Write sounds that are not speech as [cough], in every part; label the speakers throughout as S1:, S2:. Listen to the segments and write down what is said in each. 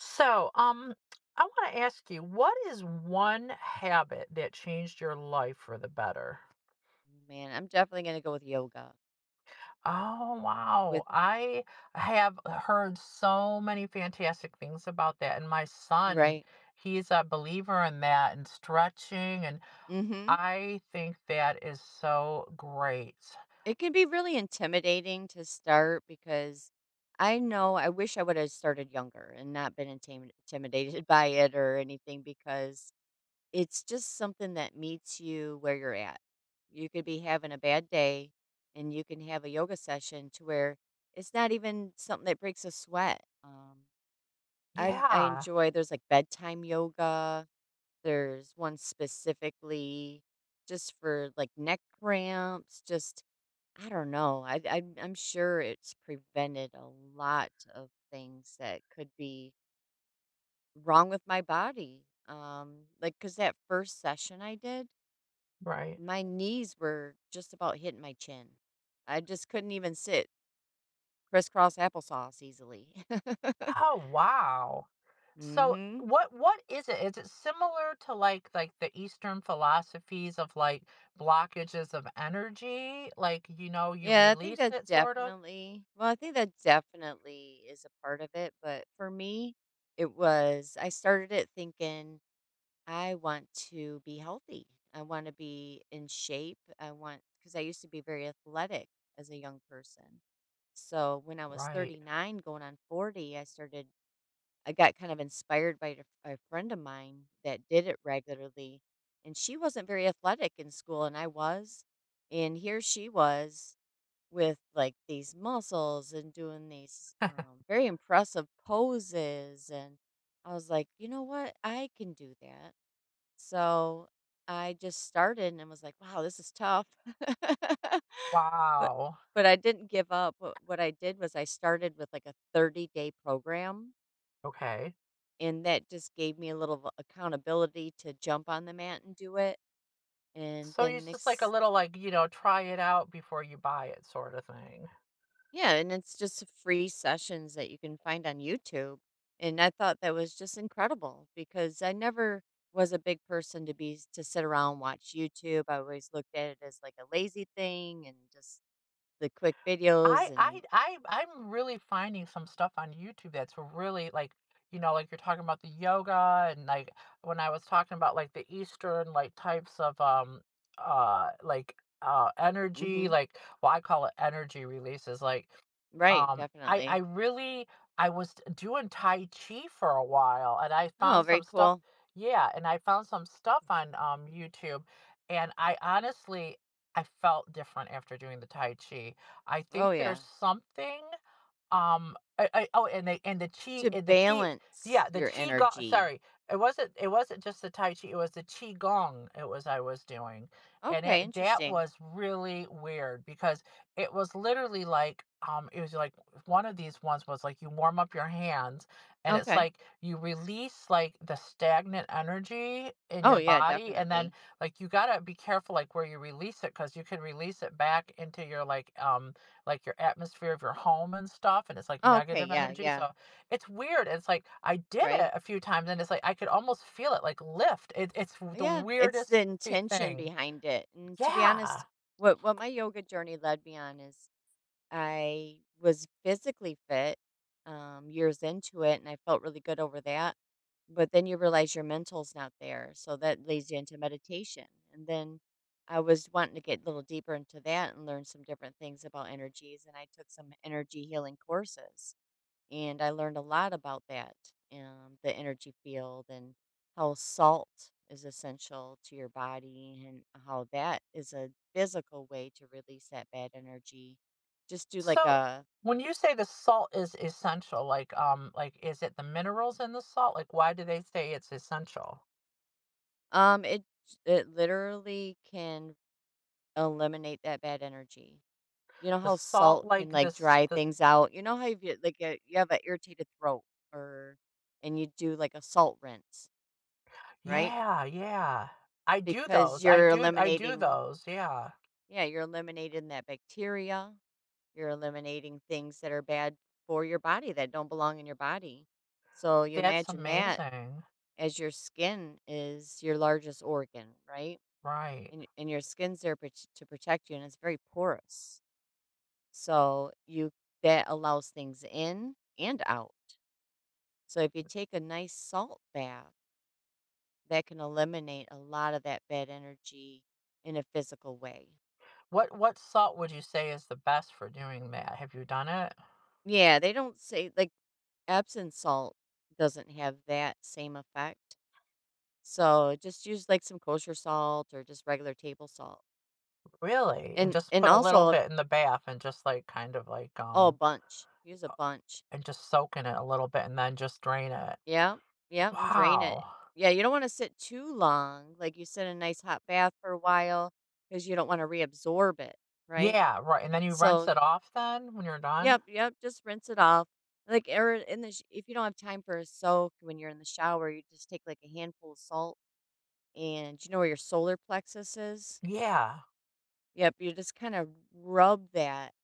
S1: So, I want to ask you, what is one habit that changed your life for the better?
S2: Man, I'm definitely gonna go with yoga.
S1: Oh, wow.
S2: With
S1: I have heard so many fantastic things about that. And my son,
S2: right.
S1: he's a believer in that and stretching. And
S2: Mhm.
S1: I think that is so great.
S2: It can be really intimidating to start because I know I wish I would have started younger and not been intimidated [laughs] by it or anything because it's just something that meets you where you're at. You could be having a bad day and you can have a yoga session to where it's not even something that breaks a sweat. I
S1: Yeah,
S2: enjoy there's like bedtime yoga. There's one specifically just for like neck cramps, just I don't know. I'm sure it's prevented a lot of things that could be wrong with my body. Um, like cuz that first session I did,
S1: right.
S2: my knees were just about hitting my chin. I just couldn't even sit crisscross applesauce easily. [laughs]
S1: Oh, wow. So
S2: Mhm.
S1: what is it? Is it similar to like the Eastern philosophies of like blockages of energy? Like, you
S2: Yeah, I think
S1: release
S2: that
S1: it sort of?
S2: definitely, well, I think that definitely is a part of it, but for me, it was I started it thinking I want to be healthy. I want to be in shape. I want because I used to be very athletic as a young person. So when I was
S1: Right.
S2: 39 going on 40, I started I got kind of inspired by a friend of mine that did it regularly, and she wasn't very athletic in school and I was, and here she was with like these muscles and doing these very impressive poses. And I was like, you know what? I can do that. So I just started and was like, wow, this is tough. [laughs] But
S1: Wow.
S2: I didn't give up. What I did was I started with like a 30-day day program.
S1: Okay.
S2: And that just gave me a little accountability to jump on the mat and do it. And
S1: So
S2: then
S1: it's just like a
S2: next.
S1: little like, try it out before you buy it sort of thing.
S2: Yeah, and it's just free sessions that you can find on YouTube. And I thought that was just incredible because I never was a big person to be to sit around and watch YouTube. I always looked at it as like a lazy thing and just the quick videos
S1: I
S2: and
S1: I I I'm really finding some stuff on YouTube that's really like, like you're talking about the yoga, and like when I was talking about like the Eastern like types of like energy,
S2: mhm.
S1: like, well, I call it energy releases, like,
S2: Right,
S1: I
S2: definitely.
S1: really, I was doing Tai Chi for a while, and I
S2: Oh,
S1: found
S2: very
S1: some stuff.
S2: cool.
S1: Yeah, and I found some stuff on YouTube, and I honestly, I felt different after doing the Tai Chi. I
S2: Oh
S1: think there's
S2: yeah.
S1: something. I oh, and the, chi,
S2: To
S1: and the chi.
S2: balance
S1: Yeah, the
S2: your
S1: qi gong.
S2: energy.
S1: Sorry, it wasn't, just the Tai Chi, it was the qi gong. It was I was doing, and
S2: Okay,
S1: it that
S2: interesting.
S1: was really weird, because it was literally like, it was like one of these ones was like, you warm up your hands, and it's
S2: Okay.
S1: like you release, like, the stagnant energy in
S2: Oh
S1: your
S2: yeah,
S1: body. And then,
S2: definitely.
S1: like, you gotta be careful, like, where you release it, because you can release it back into your, like your atmosphere of your home and stuff, and it's like
S2: Okay,
S1: negative
S2: yeah,
S1: energy.
S2: yeah.
S1: So it's weird. It's like I did it
S2: Right.
S1: a few times, and it's like I could almost feel it like lift. It's the
S2: Yeah, it's
S1: weirdest
S2: the intention
S1: thing.
S2: behind it. And to be
S1: Yeah.
S2: honest, what my yoga journey led me on is I was physically fit years into it, and I felt really good over that. But then you realize your mental's not there, so that leads you into meditation. And then I was wanting to get a little deeper into that and learn some different things about energies, and I took some energy healing courses and I learned a lot about that, the energy field, and how salt is essential to your body and how that is a physical way to release that bad energy. Just do like
S1: So
S2: a
S1: when you say the salt is essential, like, like, is it the minerals in the salt? Like, why do they say it's essential?
S2: um, it literally can eliminate that bad energy. You know
S1: The
S2: how
S1: salt,
S2: salt
S1: like
S2: can like
S1: this,
S2: dry
S1: the...
S2: things out. You know how if you like a, you have an irritated throat or and you do like a salt rinse, right?
S1: Yeah, yeah. I do
S2: Because
S1: those.
S2: you're
S1: I do
S2: eliminating.
S1: those. Yeah.
S2: Yeah, you're eliminating that bacteria. You're eliminating things that are bad for your body that don't belong in your body. So you
S1: That's
S2: imagine that
S1: amazing.
S2: as your skin is your largest organ, right?
S1: Right.
S2: And, y- and your skin's there to protect you, and it's very porous. So you that allows things in and out. So if you take a nice salt bath, that can eliminate a lot of that bad energy in a physical way.
S1: What salt would you say is the best for doing that? Have you done it?
S2: Yeah, they don't say like Epsom salt doesn't have that same effect. So just use like some kosher salt or just regular table salt.
S1: Really? And just
S2: And
S1: put a little
S2: also if,
S1: bit in the bath, and just like kind of like,
S2: oh a bunch. Use a bunch.
S1: and just soak in it a little bit and then just drain it.
S2: Yeah. Yeah. And drain it.
S1: Wow.
S2: Yeah, you don't want to sit too long. Like you sit in a nice hot bath for a while because you don't want to reabsorb it, right?
S1: Yeah, right. And then you rinse
S2: So
S1: it off then when you're done?
S2: yep, yep, just rinse it off. Like or in the sh- if you don't have time for a soak when you're in the shower, you just take like a handful of salt and do you know where your solar plexus is?
S1: Yeah.
S2: Yep, you just kind of rub that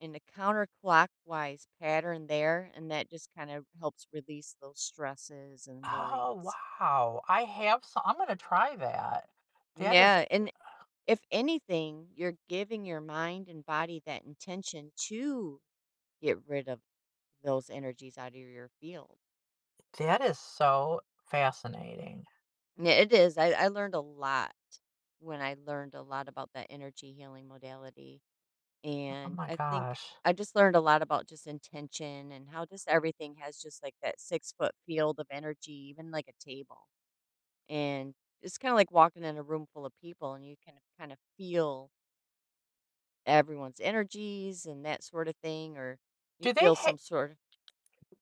S2: in a counterclockwise pattern there, and that just kind of helps release those stresses and
S1: Oh,
S2: worries.
S1: wow. I have some. I'm gonna try that. That is
S2: Yeah, and if anything, you're giving your mind and body that intention to get rid of those energies out of your field.
S1: that is so fascinating.
S2: Yeah, it is. I learned a lot when I learned a lot about that energy healing modality.
S1: Oh
S2: And
S1: my
S2: I think
S1: gosh.
S2: I just learned a lot about just intention and how just everything has just like that six-foot field of energy, even like a table. And it's kind of like walking in a room full of people and you can kind of feel everyone's energies and that sort of thing, or you
S1: Do they
S2: feel some sort of,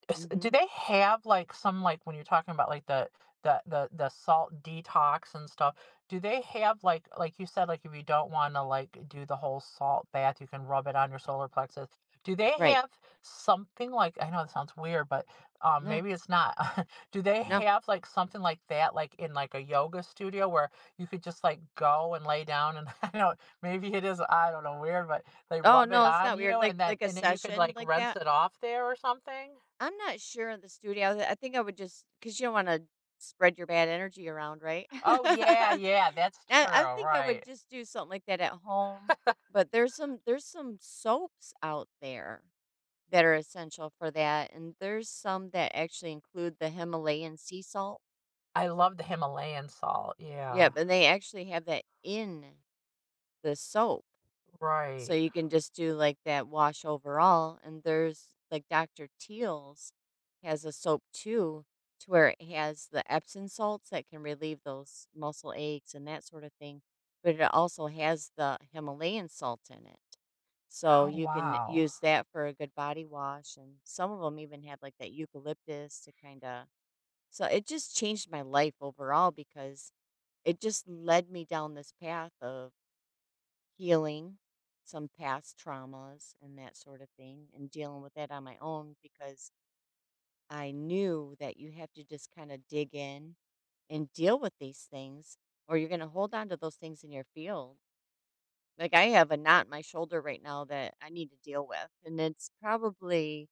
S2: mm-hmm,
S1: do they have like some, like when you're talking about like the salt detox and stuff. Do they have like you said, like, if you don't want to like do the whole salt bath, you can rub it on your solar plexus. Do they
S2: right.
S1: have something, like, I know it sounds weird, but
S2: No,
S1: maybe it's not. [laughs] Do they
S2: no.
S1: have like something like that, like in like a yoga studio where you could just like go and lay down, and [laughs] I don't know, maybe it is, I don't know, weird, but they
S2: Oh,
S1: rub it
S2: no, it's
S1: on
S2: not
S1: you,
S2: weird.
S1: and then
S2: Like a
S1: and then you could
S2: session
S1: like
S2: like
S1: rinse
S2: that.
S1: it off there or something.
S2: I'm not sure in the studio. I think I would just because you don't want to spread your bad energy around, right? [laughs]
S1: Oh, yeah, yeah, that's true,
S2: I think I
S1: right.
S2: would just do something like that at home. But there's some soaps out there that are essential for that, and there's some that actually include the Himalayan sea salt.
S1: I love the Himalayan salt, yeah,
S2: Yep, and they actually have that in the soap. So
S1: right.
S2: you can just do like that wash overall. And there's like Dr. Teal's has a soap too, to where it has the Epsom salts that can relieve those muscle aches and that sort of thing. But it also has the Himalayan salt in it. So
S1: Oh,
S2: you can
S1: wow.
S2: use that for a good body wash. And some of them even have like that eucalyptus to kind of. So it just changed my life overall because it just led me down this path of healing some past traumas and that sort of thing, and dealing with that on my own because I knew that you have to just kind of dig in and deal with these things, or you're going to hold on to those things in your field. Like I have a knot in my shoulder right now that I need to deal with, and it's probably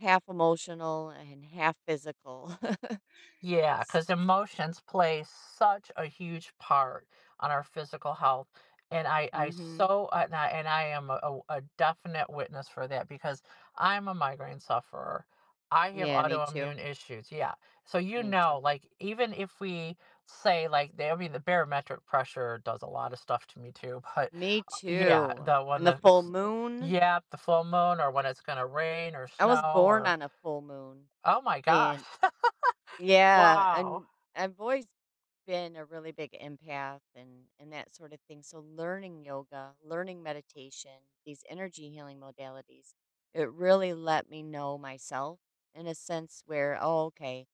S2: half emotional and half physical. [laughs]
S1: Yeah, because emotions play such a huge part on our physical health. And I
S2: Mm-hmm.
S1: so, and I am a definite witness for that, because I'm a migraine sufferer. I have
S2: Yeah, me
S1: autoimmune
S2: too.
S1: issues. Yeah. So,
S2: Me too.
S1: like, even if we say, like, the... I mean, the barometric pressure does a lot of stuff to me too. But
S2: Me
S1: yeah,
S2: too.
S1: the one
S2: And the full
S1: that's...
S2: moon.
S1: Yeah, the full moon, or when it's going to rain or
S2: I
S1: snow,
S2: was born
S1: or...
S2: on a full moon,
S1: oh my gosh.
S2: and
S1: [laughs]
S2: yeah,
S1: Wow.
S2: and I've always been a really big empath and that sort of thing. So learning yoga, learning meditation, these energy healing modalities, it really let me know myself in a sense where, oh, okay,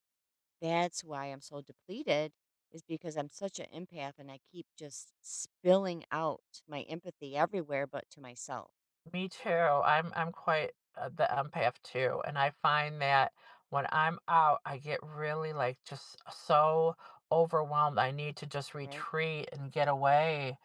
S2: that's why I'm so depleted is because I'm such an empath and I keep just spilling out my empathy everywhere but to myself,
S1: Me too. I'm quite, the empath too, and I find that when I'm out, I get really, like, just so overwhelmed. I need to just
S2: right?
S1: retreat and get away.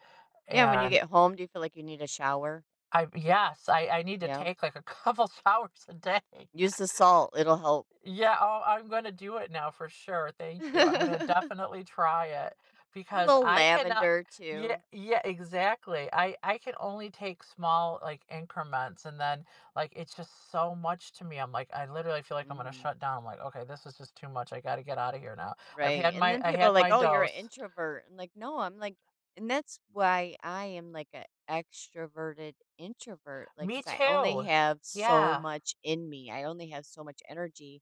S2: Yeah, when you
S1: And
S2: get home, do you feel like you need a shower?
S1: I... yes, I need to
S2: Yeah.
S1: take like a couple [laughs] showers a day.
S2: Use the salt, it'll help.
S1: Yeah, oh, I'm gonna do it now for sure.
S2: [laughs]
S1: Thank you. I'm gonna
S2: A
S1: definitely try it because
S2: little
S1: I cannot.
S2: lavender
S1: Yeah,
S2: too.
S1: yeah, exactly. I can only take small, like, increments, and then, like, it's just so much to me. I'm like, I literally feel like I'm gonna
S2: Mhm.
S1: shut down. I'm like, okay, this is just too much. I gotta get out of here now.
S2: Right, and then
S1: I
S2: people are
S1: had
S2: like,
S1: my
S2: "Oh, you're an
S1: dose.
S2: introvert." I'm like, "No," I'm like and that's why I am like a extroverted introvert, like,
S1: Me
S2: because I only
S1: too.
S2: have so
S1: Yeah.
S2: much in me. I only have so much energy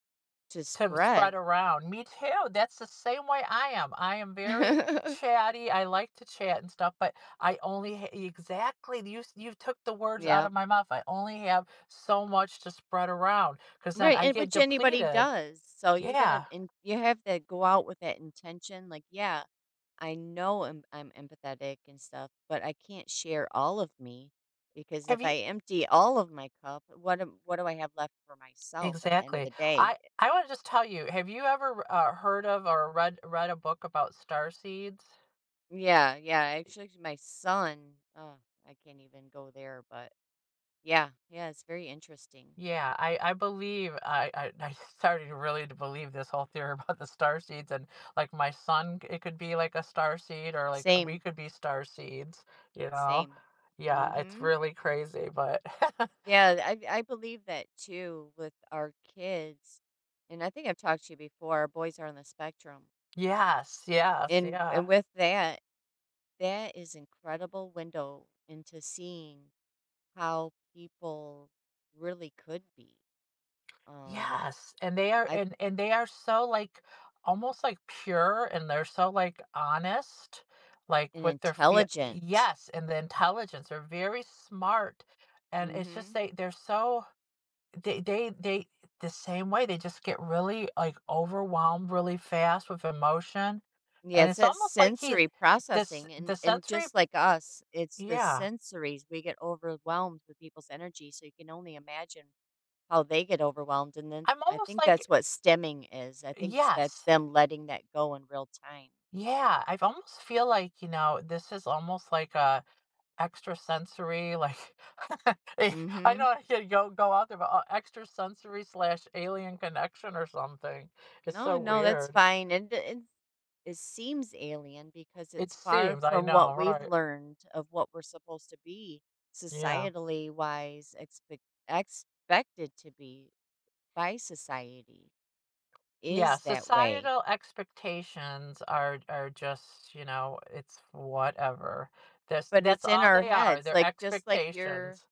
S2: to
S1: To spread
S2: spread.
S1: around. Me too. That's the same way I am. I am very
S2: [laughs]
S1: chatty. I like to chat and stuff, but exactly, you took the words out
S2: Yeah.
S1: of my mouth. I only have so much to spread around because then
S2: Right,
S1: I
S2: and
S1: get
S2: which anybody
S1: depleted.
S2: does. So you gotta
S1: Yeah.
S2: and you have to go out with that intention, like, "Yeah, I know I'm empathetic and stuff, but I can't share all of me because
S1: Have
S2: if
S1: you...
S2: I empty all of my cup, what do I have left for myself at the end of
S1: exactly?
S2: the day?
S1: I want to just tell you. Have you ever heard of or read a book about star seeds?
S2: Yeah, yeah. Actually, my son. Oh, I can't even go there. But yeah, yeah. It's very interesting.
S1: Yeah, I believe I [laughs] I started to really to believe this whole theory about the star seeds. And like, my son, it could be like a star seed, or like we
S2: Same,
S1: could be star seeds, you know?
S2: same.
S1: Yeah, it's
S2: Mm-hmm.
S1: really crazy, but [laughs]
S2: Yeah, I believe that too with our kids, and I think I've talked to you before. Our boys are on the spectrum,
S1: yes, yes,
S2: and
S1: yeah.
S2: with that, that is incredible window into seeing how people really could be. Um,
S1: Yes, and they are
S2: I
S1: and they are so, like, almost like pure, and they're so, like, honest, like
S2: an
S1: with their feel...
S2: intelligent.
S1: Yes, and the intelligence, they're very smart. And it's just,
S2: Mm-hmm.
S1: they're so... They they they the same way, they just get really, like, overwhelmed really fast with emotion,
S2: Yeah,
S1: and
S2: it's
S1: it's
S2: that
S1: almost like he's...
S2: sensory
S1: this,
S2: processing, and
S1: the sensory...
S2: just like us, it's the
S1: yeah.
S2: sensories. We get overwhelmed with people's energy, so you can only imagine how they get overwhelmed. And then
S1: I'm
S2: I
S1: almost
S2: think
S1: like...
S2: that's what stemming is. I think that's
S1: yes.
S2: them letting that go in real time.
S1: Yeah, I almost feel like, this is almost like a extrasensory, like, [laughs] I I
S2: Mm-hmm.
S1: know I could go out there, but, extrasensory/alien connection or something. It's
S2: No,
S1: so
S2: no, that's
S1: weird.
S2: fine. And it seems alien because
S1: It
S2: it's far
S1: seems, I
S2: from
S1: know,
S2: what we've
S1: right.
S2: learned of what we're supposed to be
S1: Yeah.
S2: societally wise, expected to be by society
S1: Yeah,
S2: is that way.
S1: societal expectations are just, it's whatever. That's
S2: But
S1: that's
S2: it's in
S1: all
S2: our
S1: they are.
S2: heads,
S1: They're
S2: like just
S1: expectations.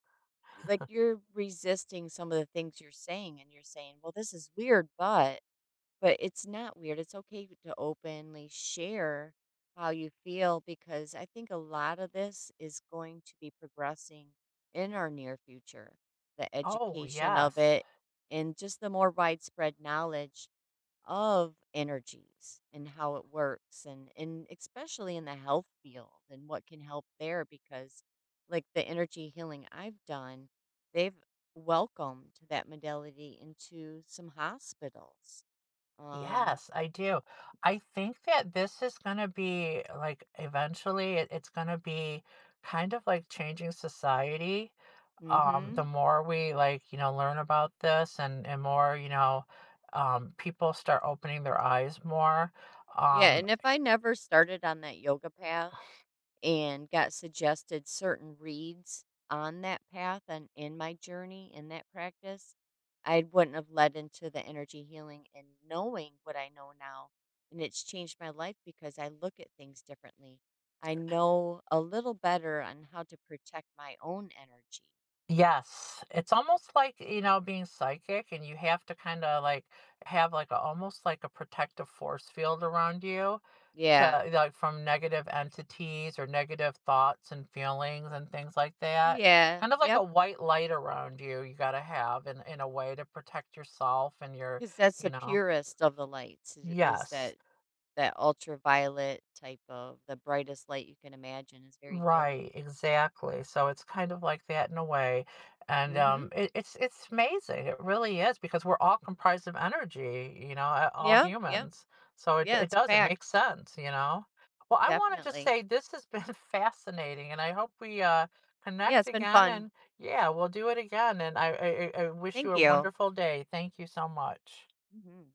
S2: like you're resisting some of the things you're saying and you're saying, "Well, this is weird, but." But it's not weird. It's okay to openly share how you feel because I think a lot of this is going to be progressing in our near future. The
S1: Oh,
S2: education of
S1: yes.
S2: it and just the more widespread knowledge of energies and how it works and, especially in the health field and what can help there because like the energy healing I've done, they've welcomed that modality into some hospitals, um,
S1: Yes, I do. I think that this is going to be, like, eventually it's going to be kind of, like, changing society. The
S2: mhm.
S1: more we, like, learn about this, and more, people start opening their eyes more.
S2: Yeah,
S1: Um,
S2: and if I never started on that yoga path and got suggested certain reads on that path and in my journey in that practice, I wouldn't have led into the energy healing and knowing what I know now. And it's changed my life because I look at things differently. I know a little better on how to protect my own energy.
S1: Yes, it's almost like, being psychic, and you have to kind of like have like a, almost like a protective force field around you
S2: Yeah.
S1: to like from negative entities or negative thoughts and feelings and things like that.
S2: Yeah.
S1: Kind of like a
S2: Yep.
S1: white light around you, you got to have, in a way, to protect yourself and your,
S2: Because that's
S1: you
S2: the
S1: know.
S2: purest of the lights is
S1: Yes.
S2: that, that ultraviolet type of the brightest light you can imagine is very healing.
S1: Right, exactly. So it's kind of like that in a way. And
S2: Mhm.
S1: it's amazing. It really is because we're all comprised of energy, all
S2: Yep, yep.
S1: humans. So
S2: Yeah,
S1: it
S2: it's a
S1: does, it makes
S2: fact.
S1: sense. Well, I want to just
S2: Definitely.
S1: say this has been [laughs] fascinating, and I hope we,
S2: Yeah,
S1: connect
S2: it's been
S1: again,
S2: fun.
S1: and yeah, we'll do it again. And I wish you
S2: Thank
S1: a
S2: you.
S1: wonderful day. Thank you so much.
S2: Mhm.